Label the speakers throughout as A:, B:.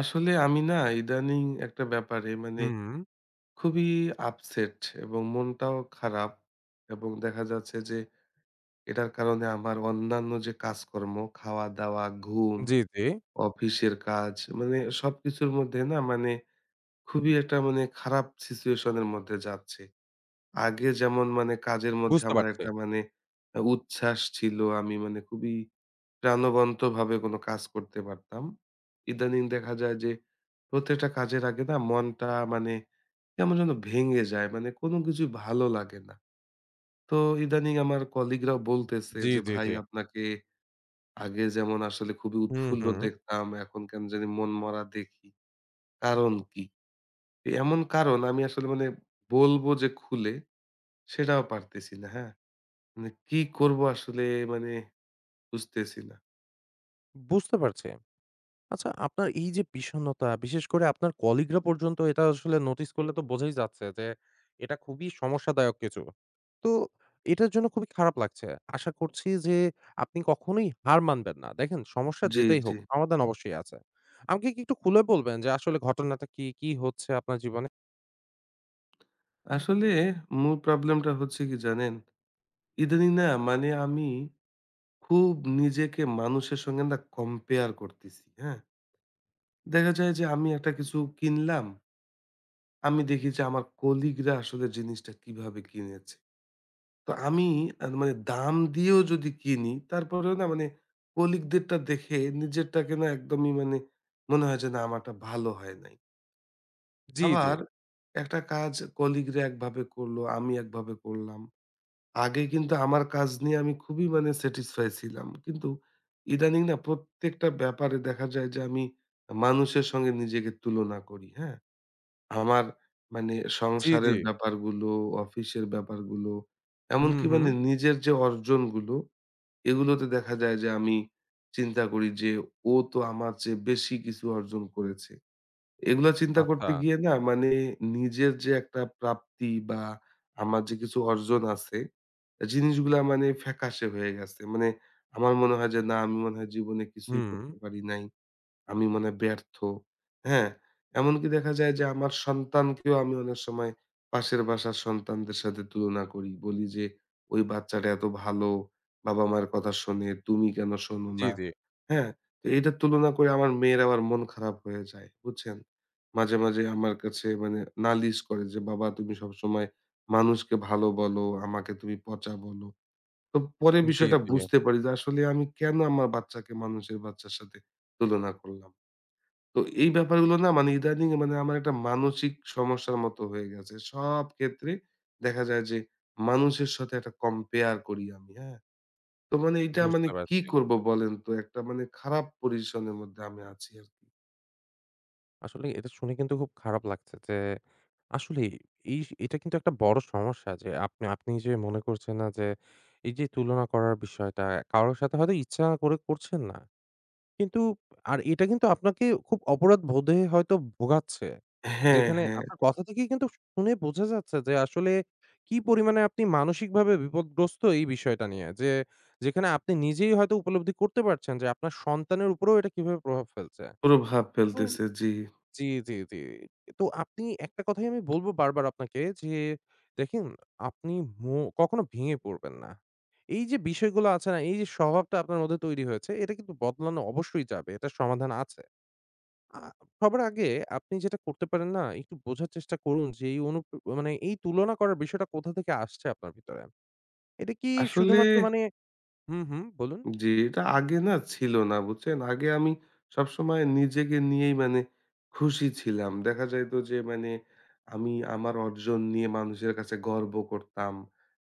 A: আসলে আমি না ইদানিং একটা ব্যাপারে মানে
B: হুম,
A: খুবই আপসেট এবং মনটাও খারাপ এবং দেখা যাচ্ছে যে এটার কারণে আমার অন্যান্য যে কাজকর্ম খাওয়া দাওয়া ঘুম
B: জি, জি।
A: অফিসের কাজ মানে সবকিছুর মধ্যে না মানে খুবই একটা মানে খারাপ সিচুয়েশনের মধ্যে যাচ্ছে। আগে যেমন মানে কাজের মধ্যে
B: বুঝতে
A: আমার
B: পারছি।
A: একটা মানে উচ্ছ্বাস ছিল, আমি মানে খুবই প্রাণবন্তভাবে কোনো কাজ করতে পারতাম। ইদানিং দেখা যায় যে প্রত্যেকটা কাজের আগে না মনটা মানে কেমন যেন ভেঙে যায়। মানে কোনো কিছুই ভালো লাগে না। তো ইদানিং আমার কলিগরাও বলতেছে
B: জি,
A: যে,
B: জি,
A: "ভাই
B: জি।
A: আপনাকে আগে যেমন আসলে খুবই
B: হুম,
A: উৎফুল্ল
B: হুম।
A: দেখতাম, এখন কেমন জানি মনমরা দেখি। কারণ কি?" তো এমন কারণ আমি আসলে মানে বলবো যে খুলে সেটাও পারতেছি না, হ্যাঁ? মানে কি করবো আসলে মানে বুঝতেছি না।
B: বুঝতে পারছি। আচ্ছা আপনার এই যে বিষণ্ণতা, বিশেষ করে আপনার কলিগরা পর্যন্ত এটা আসলে নোটিস করলে তো বোঝাই যাচ্ছে যে এটা খুবই সমস্যাদায়ক কিছু। তো এটার জন্য খুবই খারাপ লাগছে। আশা করছি যে আপনি কখনোই হার মানবেন না। দেখেন সমস্যা
A: জি,
B: যেটাই
A: জি।
B: হোক, সমাধান অবশ্যই আছে। আমাকে কি একটু খুলে বলবেন যে আসলে ঘটনাটা কি, কি হচ্ছে আপনার জীবনে?
A: আসলে মূল প্রবলেমটা হচ্ছে কি জানেন? ইদানিং না মানে আমি খুব নিজেকে মানুষের সঙ্গে না কম্পেয়ার করতেছি, হ্যাঁ? দেখা যায় যে আমি একটা কিছু কিনলাম, আমি দেখি যে আমার কলিগরা আসলে জিনিসটা কিভাবে কিনেছে। তো আমি মানে দাম দিয়েও যদি কিনি তারপরেও না মানে কলিগদেরটা দেখে নিজেরটাকে না একদমই মানে মনে হয় যে না আমারটা ভালো হয় নাই।
B: জি, জি।
A: আবার একটা কাজ কলিগরা একভাবে করলো, আমি একভাবে করলাম। আগে কিন্তু আমার কাজ নিয়ে আমি খুবই মানে স্যাটিসফাই ছিলাম। কিন্তু ইদানিং না প্রত্যেকটা ব্যাপারে দেখা যায় যে আমি মানুষের সঙ্গে নিজেকে তুলনা করি, হ্যাঁ? আমার মানে
B: জি, জি।
A: সংসারের ব্যাপারগুলো, অফিসের ব্যাপারগুলো,
B: হুম,
A: এমনকি
B: হুম।
A: মানে নিজের যে অর্জনগুলো এগুলোতে দেখা যায় যে আমি চিন্তা করি যে, "ও তো আমার চেয়ে বেশি কিছু অর্জন করেছে।" এগুলা চিন্তা
B: আচ্ছা।
A: করতে গিয়ে না মানে নিজের যে একটা প্রাপ্তি বা আমার যে কিছু অর্জন আছে, জিনিসগুলা মানে ফ্যাকাশে হয়ে গেছে। মানে আমার মনে হয় যে না আমি মনে হয় জীবনে কিছুই
B: হুম।
A: করতে পারি নাই। আমি মনে হয় ব্যর্থ। হ্যাঁ? এমনকি দেখা যায় যে আমার সন্তানকেও আমি অনেক সময় পাশের বাসার সন্তানদের সাথে তুলনা করি। বলি যে, "ওই বাচ্চাটা এত ভালো, বাবা-মায়ের কথা শোনে, তুমি কেন শোনো
B: জি,
A: না?"
B: জি।
A: হ্যাঁ? তো এটা তুলনা করে আমার মেয়ের আবার মন খারাপ হয়ে যায়। বুঝছেন? মাঝে, মাঝে আমার কাছে মানে নালিশ করে যে, "বাবা তুমি সবসময় মানুষকে ভালো বলো, আমাকে তুমি পচা বলো।" তো পরে
B: জি,
A: বিষয়টা
B: জি।
A: বুঝতে পারি যে আসলে আমি কেন আমার বাচ্চাকে মানুষের বাচ্চার সাথে তুলনা করলাম। তো এই ব্যাপারগুলো না মানে ইদানিং মানে আমার একটা মানসিক সমস্যার মতো হয়ে গেছে। সব ক্ষেত্রে দেখা যায় যে মানুষের সাথে একটা compare করি আমি, হ্যাঁ? তো মানে এইটা মানে
B: বুঝতে
A: কি
B: পারছি।
A: করব বলেন তো? একটা মানে খারাপ পজিশন এর মধ্যে আমি আছি আরকি।
B: আসলে এটা শুনে কিন্তু খুব খারাপ লাগছে যে আসলেই এটা কিন্তু একটা বড় সমস্যা যে আপনি আপনি যে মনে করছেন না যে এই যে তুলনা করার বিষয়টা কারো সাথে হয়তো ইচ্ছা করে করছেন না। কিন্তু আর এটা কিন্তু আপনাকে খুব অপরাধ বোধে হয়তো ভোগাচ্ছে।
A: হ্যাঁ,
B: যেখানে
A: হ্যাঁ।
B: আপনার কথা থেকেই কিন্তু শুনে বোঝা যাচ্ছে যে আসলে কি পরিমাণে আপনি মানসিকভাবে বিপদগ্রস্ত এই বিষয়টা নিয়ে। যে যেখানে আপনি নিজেই হয়তো উপলব্ধি করতে পারছেন যে আপনার সন্তানের উপরেও এটা কিভাবে প্রভাব ফেলছে।
A: প্রভাব
B: তো
A: ফেলতেছে, জি।
B: জি, জি, জি। তো আপনি একটা কথাই আমি বলব বারবার আপনাকে যে, দেখেন আপনি মো কখনো ভেঙে পড়বেন না। এই যে বিষয়গুলো আছে না, এই যে স্বভাবটা আপনার মধ্যে তৈরি হয়েছে, এটা কিন্তু বদলানো অবশ্যই যাবে। এটার সমাধান আছে। আ সবার আগে আপনি যেটা করতে পারেন না, একটু বোঝার চেষ্টা করুন যে এই অনু মানে এই তুলনা করার বিষয়টা কোথা থেকে আসছে আপনার ভিতরে। এটা কি
A: আসলে
B: শুধুমাত্র মানে হুম, হুম, বলুন।
A: জি, এটা আগে না ছিল না, বুঝছেন? আগে আমি সবসময় নিজেকে নিয়েই মানে খুশি ছিলাম। দেখা যাইত যে মানে আমি আমার অর্জন নিয়ে মানুষের কাছে গর্ব করতাম।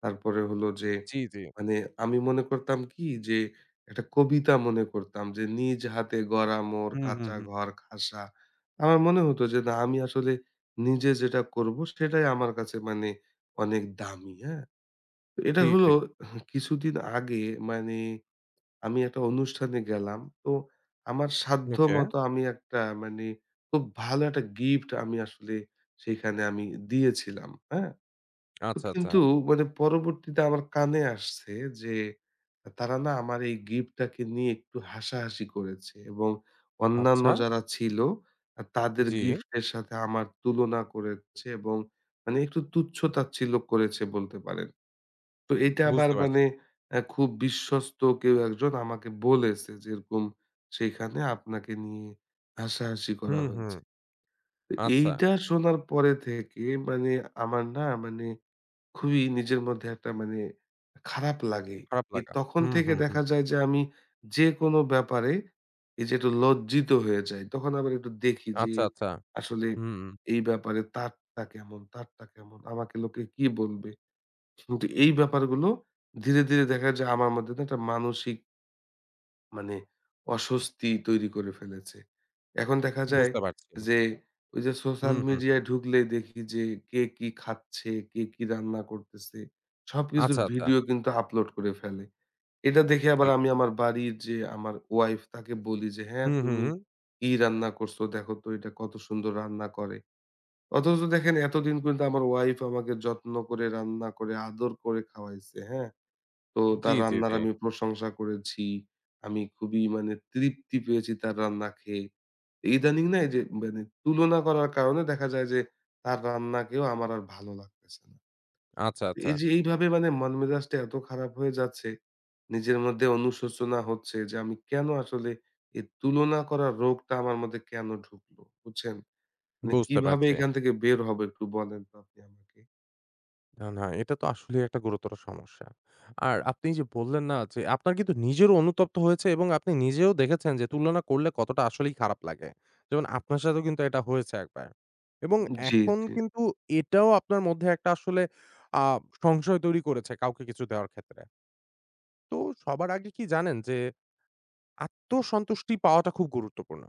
A: তারপরে হলো যে
B: জি, জি।
A: মানে আমি মনে করতাম কি যে একটা কবিতা মনে করতাম যে নিজ হাতে গড়া মোর
B: হুম, হুম,
A: কাঁচা
B: হুম।
A: ঘর খাসা। আমার মনে হতো যে না আমি আসলে নিজে যেটা করব সেটাই আমার কাছে মানে অনেক দামি, হ্যাঁ? এটা
B: ঠিক,
A: হলো
B: ঠিক।
A: কিছুদিন আগে মানে আমি একটা অনুষ্ঠানে গেলাম। তো আমার
B: ওকে।
A: সাধ্যমতো আমি একটা মানে খুব ভালো একটা গিফট আমি আসলে সেখানে আমি দিয়েছিলাম। হ্যাঁ? তো
B: আচ্ছা, আচ্ছা।
A: কিন্তু মানে পরবর্তীতে আমার কানে আসছে যে তারা না আমার এই গিফটটাকে নিয়ে একটু হাসাহাসি করেছে এবং অন্যান্য
B: আচ্ছা।
A: যারা ছিল তাদের
B: জি,
A: গিফটের সাথে আমার তুলনা করেছে এবং মানে একটু তুচ্ছ-তাচ্ছিল্য করেছে বলতে পারেন। তো এটা আবার
B: বুঝতে পারছি।
A: মানে খুব বিশ্বস্ত কেউ একজন আমাকে বলেছে যে, এরকম সেখানে আপনাকে নিয়ে হাসাহাসি করা
B: হুম, হুম।
A: হয়েছে। তো
B: আচ্ছা,
A: এইটা শোনার পরে থেকে মানে আমার না মানে খুবই নিজের মধ্যে একটা মানে খারাপ লাগে।
B: খারাপ লাগা।
A: তখন
B: হুম,
A: থেকে
B: হুম, হুম।
A: দেখা যায় যে আমি যেকোনো ব্যাপারে এই যে একটু লজ্জিত হয়ে যাই। তখন আবার একটু দেখি যে
B: আচ্ছা, আচ্ছা।
A: আসলে
B: হুম,
A: এই ব্যাপারে তারটা কেমন, তারটা কেমন, আমাকে লোকে কি বলবে? কিন্তু এই ব্যাপারগুলো ধীরে, ধীরে দেখা যায় আমার মধ্যে না একটা মানসিক মানে অস্বস্তি তৈরি করে ফেলেছে। এখন দেখা যায়
B: বুঝতে পারছি।
A: যে ওই যে সোশ্যাল
B: হুম, হুম, হুম।
A: মিডিয়ায় ঢুকলেই দেখি যে কে কি খাচ্ছে, কে কি রান্না করতেছে, সবকিছুর
B: আচ্ছা, আচ্ছা।
A: ভিডিও কিন্তু আপলোড করে ফেলে। এটা দেখে আবার
B: ঠিক।
A: আমি আমার বাড়ির যে আমার ওয়াইফ তাকে বলি যে, "হ্যাঁ,
B: হুম, হুম।
A: তুমি
B: হুম,
A: কি রান্না করছো? দেখো তো এটা কত সুন্দর রান্না করে।" অথচ দেখেন এতদিন কিন্তু আমার ওয়াইফ আমাকে যত্ন করে রান্না করে আদর করে খাওয়াইছে, হ্যাঁ? তো
B: জি,
A: তার
B: জি,
A: রান্নার
B: জি।
A: আমি প্রশংসা করেছি। আমি খুবই মানে তৃপ্তি পেয়েছি তার রান্না খেয়ে। ইদানিং না এই যে মানে তুলনা করার কারণে দেখা যায় যে তার রান্নাকেও আমার আর ভালো লাগতেছে না।
B: আচ্ছা, আচ্ছা।
A: এই যে এইভাবে মানে মন মেজাজটা এত খারাপ হয়ে যাচ্ছে, নিজের মধ্যে অনুশোচনা হচ্ছে যে আমি কেন আসলে এই তুলনা করার রোগটা আমার মধ্যে কেন ঢুকলো? বুঝছেন? মানে
B: বুঝতে
A: কিভাবে
B: পারছি।
A: এখান থেকে বের হবো একটু বলেন তো আপনি আমাকে?
B: না, না এটা তো আসলেই একটা গুরুতর সমস্যা। আর আপনি যে বললেন না যে আপনার কিন্তু নিজেরও অনুতপ্ত হয়েছে এবং আপনি নিজেও দেখেছেন যে তুলনা করলে কতটা আসলেই খারাপ লাগে। যেমন আপনার সাথেও কিন্তু এটা হয়েছে একবার। এবং
A: জি,
B: এখন
A: জি।
B: কিন্তু এটাও আপনার মধ্যে একটা আসলে আ সংশয় তৈরি করেছে কাউকে কিছু দেওয়ার ক্ষেত্রে। তো সবার আগে কি জানেন যে আত্মসন্তুষ্টি পাওয়াটা খুব গুরুত্বপূর্ণ।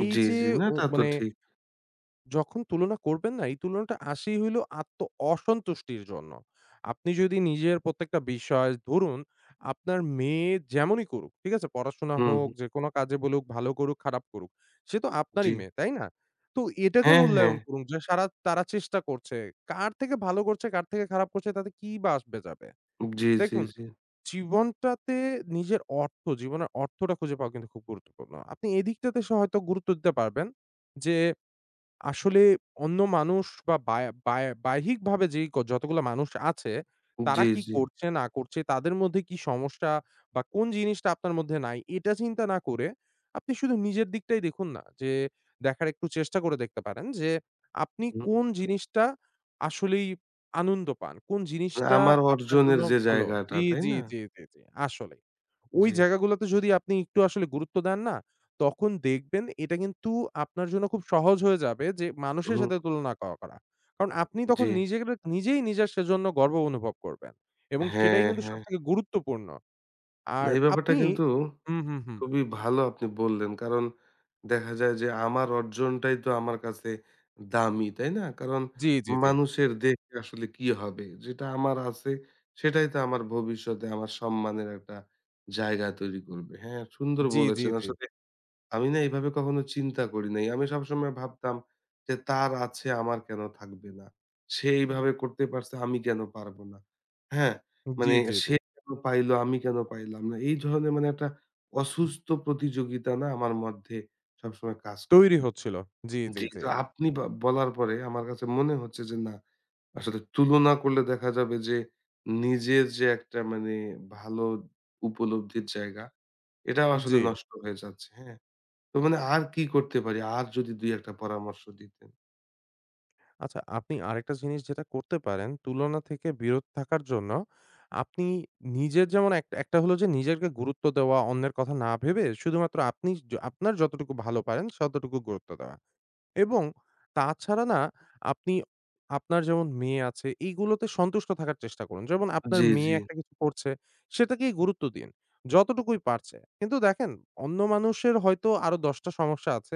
B: এই
A: জি,
B: যে
A: জি। না
B: ও
A: তা তো
B: মানে
A: ঠিক।
B: যখন তুলনা করবেন না, এই তুলনাটা আসেই হইলো অসন্তুষ্টির জন্য। আপনি যদি নিজের প্রত্যেকটা বিষয় ধরুন, আপনার মেয়ে যেমনই করুক, ঠিক আছে? পড়াশোনা
A: হুম,
B: হোক,
A: হুম।
B: যেকোনো কাজে বলুক, ভালো করুক, খারাপ করুক। সে তো আপনারই
A: জি।
B: মেয়ে, তাই না? তো এটাকে
A: হ্যাঁ, হ্যাঁ।
B: মূল্যায়ন করুন যে তারা চেষ্টা করছে। কার থেকে ভালো করছে, কার থেকে খারাপ করছে তাতে কি বা আসবে যাবে?
A: জি, জি,
B: দেখুন
A: জি।
B: জীবনটাতে নিজের অর্থ, জীবনের অর্থটা খুঁজে পাওয়া কিন্তু খুব গুরুত্বপূর্ণ। আপনি এদিকটাতে সে হয়তো গুরুত্ব দিতে পারবেন যে আসলে অন্য মানুষ বা বায় বায় বাহ্যিকভাবে যেই ক যতগুলা মানুষ আছে, তারা
A: জি,
B: কি
A: জি।
B: করছে না করছে, তাদের মধ্যে কি সমস্যা বা কোন জিনিসটা আপনার মধ্যে নাই, এটা চিন্তা না করে আপনি শুধু নিজের দিকটাই দেখুন না। যে দেখার একটু চেষ্টা করে দেখতে পারেন যে, আপনি
A: হুম।
B: কোন জিনিসটা আসলেই আনন্দ পান। কোন
A: মানে
B: জিনিসটা
A: আমার
B: আপনার
A: অর্জনের
B: জন্য
A: যে
B: ভালো।
A: জায়গাটা,
B: জি,
A: তাই
B: জি,
A: না?
B: জি, জি, জি। আসলেই। ওই
A: জি, জি।
B: জায়গাগুলোতে যদি আপনি একটু আসলে গুরুত্ব দেন না তখন দেখবেন এটা কিন্তু আপনার জন্য খুব সহজ হয়ে যাবে যে মানুষের
A: হুম,
B: সাথে তুলনা ক করা। কারণ আপনি তখন
A: জি।
B: নিজেই নিজের সেজন্য গর্ব অনুভব করবেন এবং সেটাই
A: হ্যাঁ,
B: কিন্তু
A: হ্যাঁ।
B: সবথেকে গুরুত্বপূর্ণ।
A: না
B: আর
A: এই ব্যাপারটা
B: আপনি
A: কিন্তু
B: হুম, হুম, হুম।
A: খুবই ভালো আপনি বললেন। কারণ দেখা যায় যে আমার অর্জনটাই তো আমার কাছে দামি, তাই না? কারণ
B: জি, জি, জি।
A: মানুষের দেখে আসলে কি হবে? যেটা আমার আছে সেটাই তো আমার ভবিষ্যতে আমার সম্মানের একটা জায়গা তৈরি করবে। হ্যাঁ, সুন্দর
B: জি, জি,
A: বলেছেন
B: জি।
A: আসলে। আমি না এভাবে কখনো চিন্তা করি নাই। আমি সবসময় ভাবতাম যে, "তার আছে আমার কেন থাকবে না? সে এইভাবে করতে পারছে আমি কেন পারব না?" হ্যাঁ?
B: জি,
A: মানে
B: জি, জি।
A: সে কেন পাইলো আমি কেন পাইলাম না? এই ধরনের মানে একটা অসুস্থ প্রতিযোগিতা না আমার মধ্যে সবসময় কাজ করত।
B: তৈরি হচ্ছিল। জি, জি,
A: জি,
B: জি।
A: তো আপনি বলার পরে আমার কাছে মনে হচ্ছে যে না, আসলে তুলনা করলে দেখা যাবে যে নিজের যে একটা মানে ভালো উপলব্ধির জায়গা, এটাও
B: জি।
A: আসলে নষ্ট হয়ে যাচ্ছে। হ্যাঁ? তো মানে আর কি করতে পারি? আর যদি ২-১ টা পরামর্শ দিতেন।
B: আচ্ছা, আপনি আরেকটা জিনিস যেটা করতে পারেন, তুলনা থেকে বিরত থাকার জন্য আপনি নিজের যেমন এক একটা হলো যে নিজেকে গুরুত্ব দেওয়া, অন্যের কথা না ভেবে শুধুমাত্র আপনি য আপনার যতটুকু ভালো পারেন, ততটুকু গুরুত্ব দেওয়া। এবং তাছাড়া না আপনি আপনার যেমন মেয়ে আছে, এইগুলোতে সন্তুষ্ট থাকার চেষ্টা করুন। যেমন
A: জি,
B: আপনার মেয়ে
A: আচ্ছা।
B: একটা কিছু করছে, সেটাকেই গুরুত্ব দিন। যতটুকুই পারছে। কিন্তু দেখেন অন্য মানুষের হয়তো আরো ১০ টা সমস্যা আছে।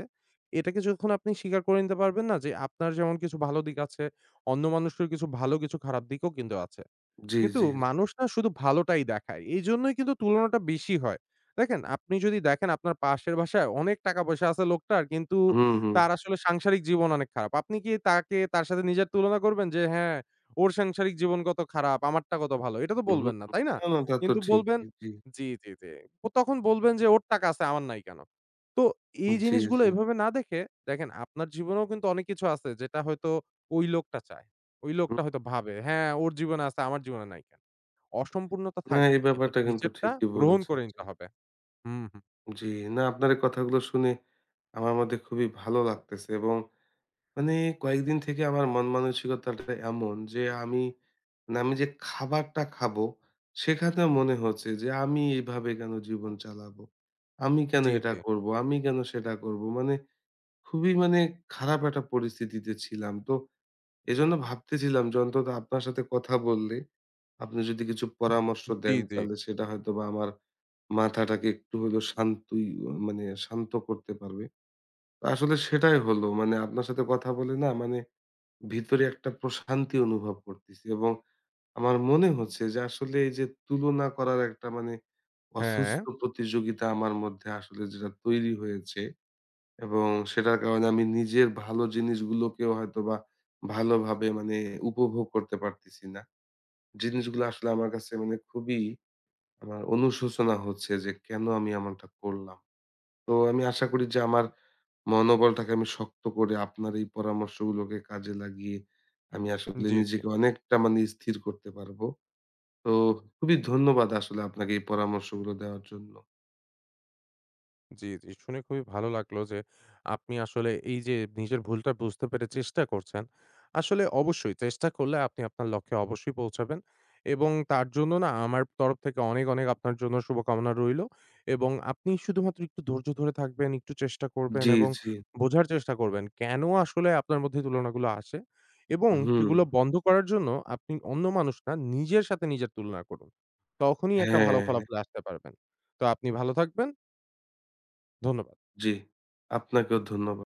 B: এটাকে যখন আপনি স্বীকার করে নিতে পারবেন না যে আপনার যেমন কিছু ভালো দিক আছে, অন্য মানুষের কিছু ভালো কিছু খারাপ দিকও কিন্তু আছে।
A: জি, জি,
B: কিন্তু
A: জি, জি।
B: মানুষ না শুধু ভালোটাই দেখায়। এইজন্যই কিন্তু তুলনাটা বেশি হয়। দেখেন, আপনি যদি দেখেন আপনার পাশের বাসায় অনেক টাকা-পয়সা আছে লোকটার, কিন্তু
A: হুম, হুম,
B: তার আসলে সাংসারিক জীবন অনেক খারাপ। আপনি কি তাকে তার সাথে নিজের তুলনা করবেন যে, "হ্যাঁ, ওর সাংসারিক জীবন কত খারাপ, আমারটা কত ভালো।" এটা তো
A: হুম,
B: বলবেন
A: হুম।
B: না, তাই না?
A: না, না তা তো
B: কিন্তু বলবেন
A: ঠিকই। জি,
B: জি, জি, জি। ও তখন বলবেন যে, "ওর টাকা আছে, আমার নাই কেন?" তো এই
A: জি,
B: জিনিসগুলো
A: জি।
B: এভাবে না দেখে, দেখেন আপনার জীবনেও কিন্তু অনেক কিছু আছে যেটা হয়তো ওই লোকটা চায়। ওই লোকটা
A: হুম।
B: হয়তো ভাবে, হ্যাঁ, ওর জীবনে আছে আমার জীবনে নাই কেন? অসম্পূর্ণতা
A: না এই
B: থাকবেই। কিন্তু
A: ব্যাপারটা কিন্তু
B: নিজেরটা
A: ঠিকই
B: গ্রহণ
A: বলেছেন।
B: করে
A: জি,
B: নিতে হবে। হুম, হুম।
A: জি। না আপনার এই কথাগুলো শুনে আমার মধ্যে খুবই ভালো লাগতেছে এবং মানে কয়েকদিন থেকে আমার মন মানসিকতাটা এমন যে আমি মানে আমি যে খাবারটা খাবো সেখানেও মনে হচ্ছে যে আমি এভাবে কেন জীবন চালাবো? আমি কেন
B: জি,
A: এটা
B: জি।
A: করব? আমি কেন সেটা করব? মানে খুবই মানে খারাপ একটা পরিস্থিতিতে ছিলাম। তো এজন্য ভাবতেছিলাম যে অন্তত আপনার সাথে কথা বললে আপনি যদি কিছু পরামর্শ
B: জি,
A: দেন
B: জি।
A: তাহলে সেটা হয়তোবা আমার মাথাটাকে একটু হলেও শান্তই অ মানে শান্ত করতে পারবে। তো আসলে সেটাই হলো। মানে আপনার সাথে কথা বলে না মানে ভিতরে একটা প্রশান্তি অনুভব করতেছি এবং আমার মনে হচ্ছে যে আসলে এই যে তুলনা করার একটা মানে
B: হ্যাঁ,
A: অসুস্থ প্রতিযোগিতা আমার মধ্যে আসলে যেটা তৈরি হয়েছে এবং সেটার কারণে আমি নিজের ভালো জিনিসগুলোকেও হয়তোবা ভালোভাবে মানে উপভোগ করতে পারতেছি না। জিনিসগুলো আসলে আমার কাছে মানে খুবই আমার অনুশোচনা হচ্ছে যে কেন আমি এমনটা করলাম? তো আমি আশা করি যে আমার মনোবলটাকে আমি শক্ত করে আপনার এই পরামর্শগুলোকে কাজে লাগিয়ে আমি আসলে
B: জি, জি।
A: নিজেকে অনেকটা মানে স্থির করতে পারবো। তো খুবই ধন্যবাদ আসলে আপনাকে এই পরামর্শগুলো দেওয়ার জন্য।
B: জি, জি। শুনে খুবই ভালো লাগলো যে আপনি আসলে এই যে নিজের ভুলটা বুঝতে পেরে চেষ্টা করছেন। আসলে অবশ্যই চেষ্টা করলে আপনি আপনার লক্ষ্যে অবশ্যই পৌঁছাবেন এবং তার জন্য না আমার তরফ থেকে অনেক, অনেক আপনার জন্য শুভকামনা রইলো এবং আপনি শুধুমাত্র একটু ধৈর্য ধরে থাকবেন, একটু চেষ্টা করবেন
A: জি,
B: এবং
A: জি।
B: বোঝার চেষ্টা করবেন কেন আসলে আপনার মধ্যে তুলনাগুলো আসে এবং
A: হুম।
B: সেগুলো বন্ধ করার জন্য আপনি অন্য মানুষ না, নিজের সাথে নিজের তুলনা করুন। তখনই একটা ভালো
A: হ্যাঁ, হ্যাঁ।
B: ফলাফলে আসতে পারবেন। তো আপনি ভালো থাকবেন। ধন্যবাদ।
A: জি। আপনাকেও ধন্যবাদ।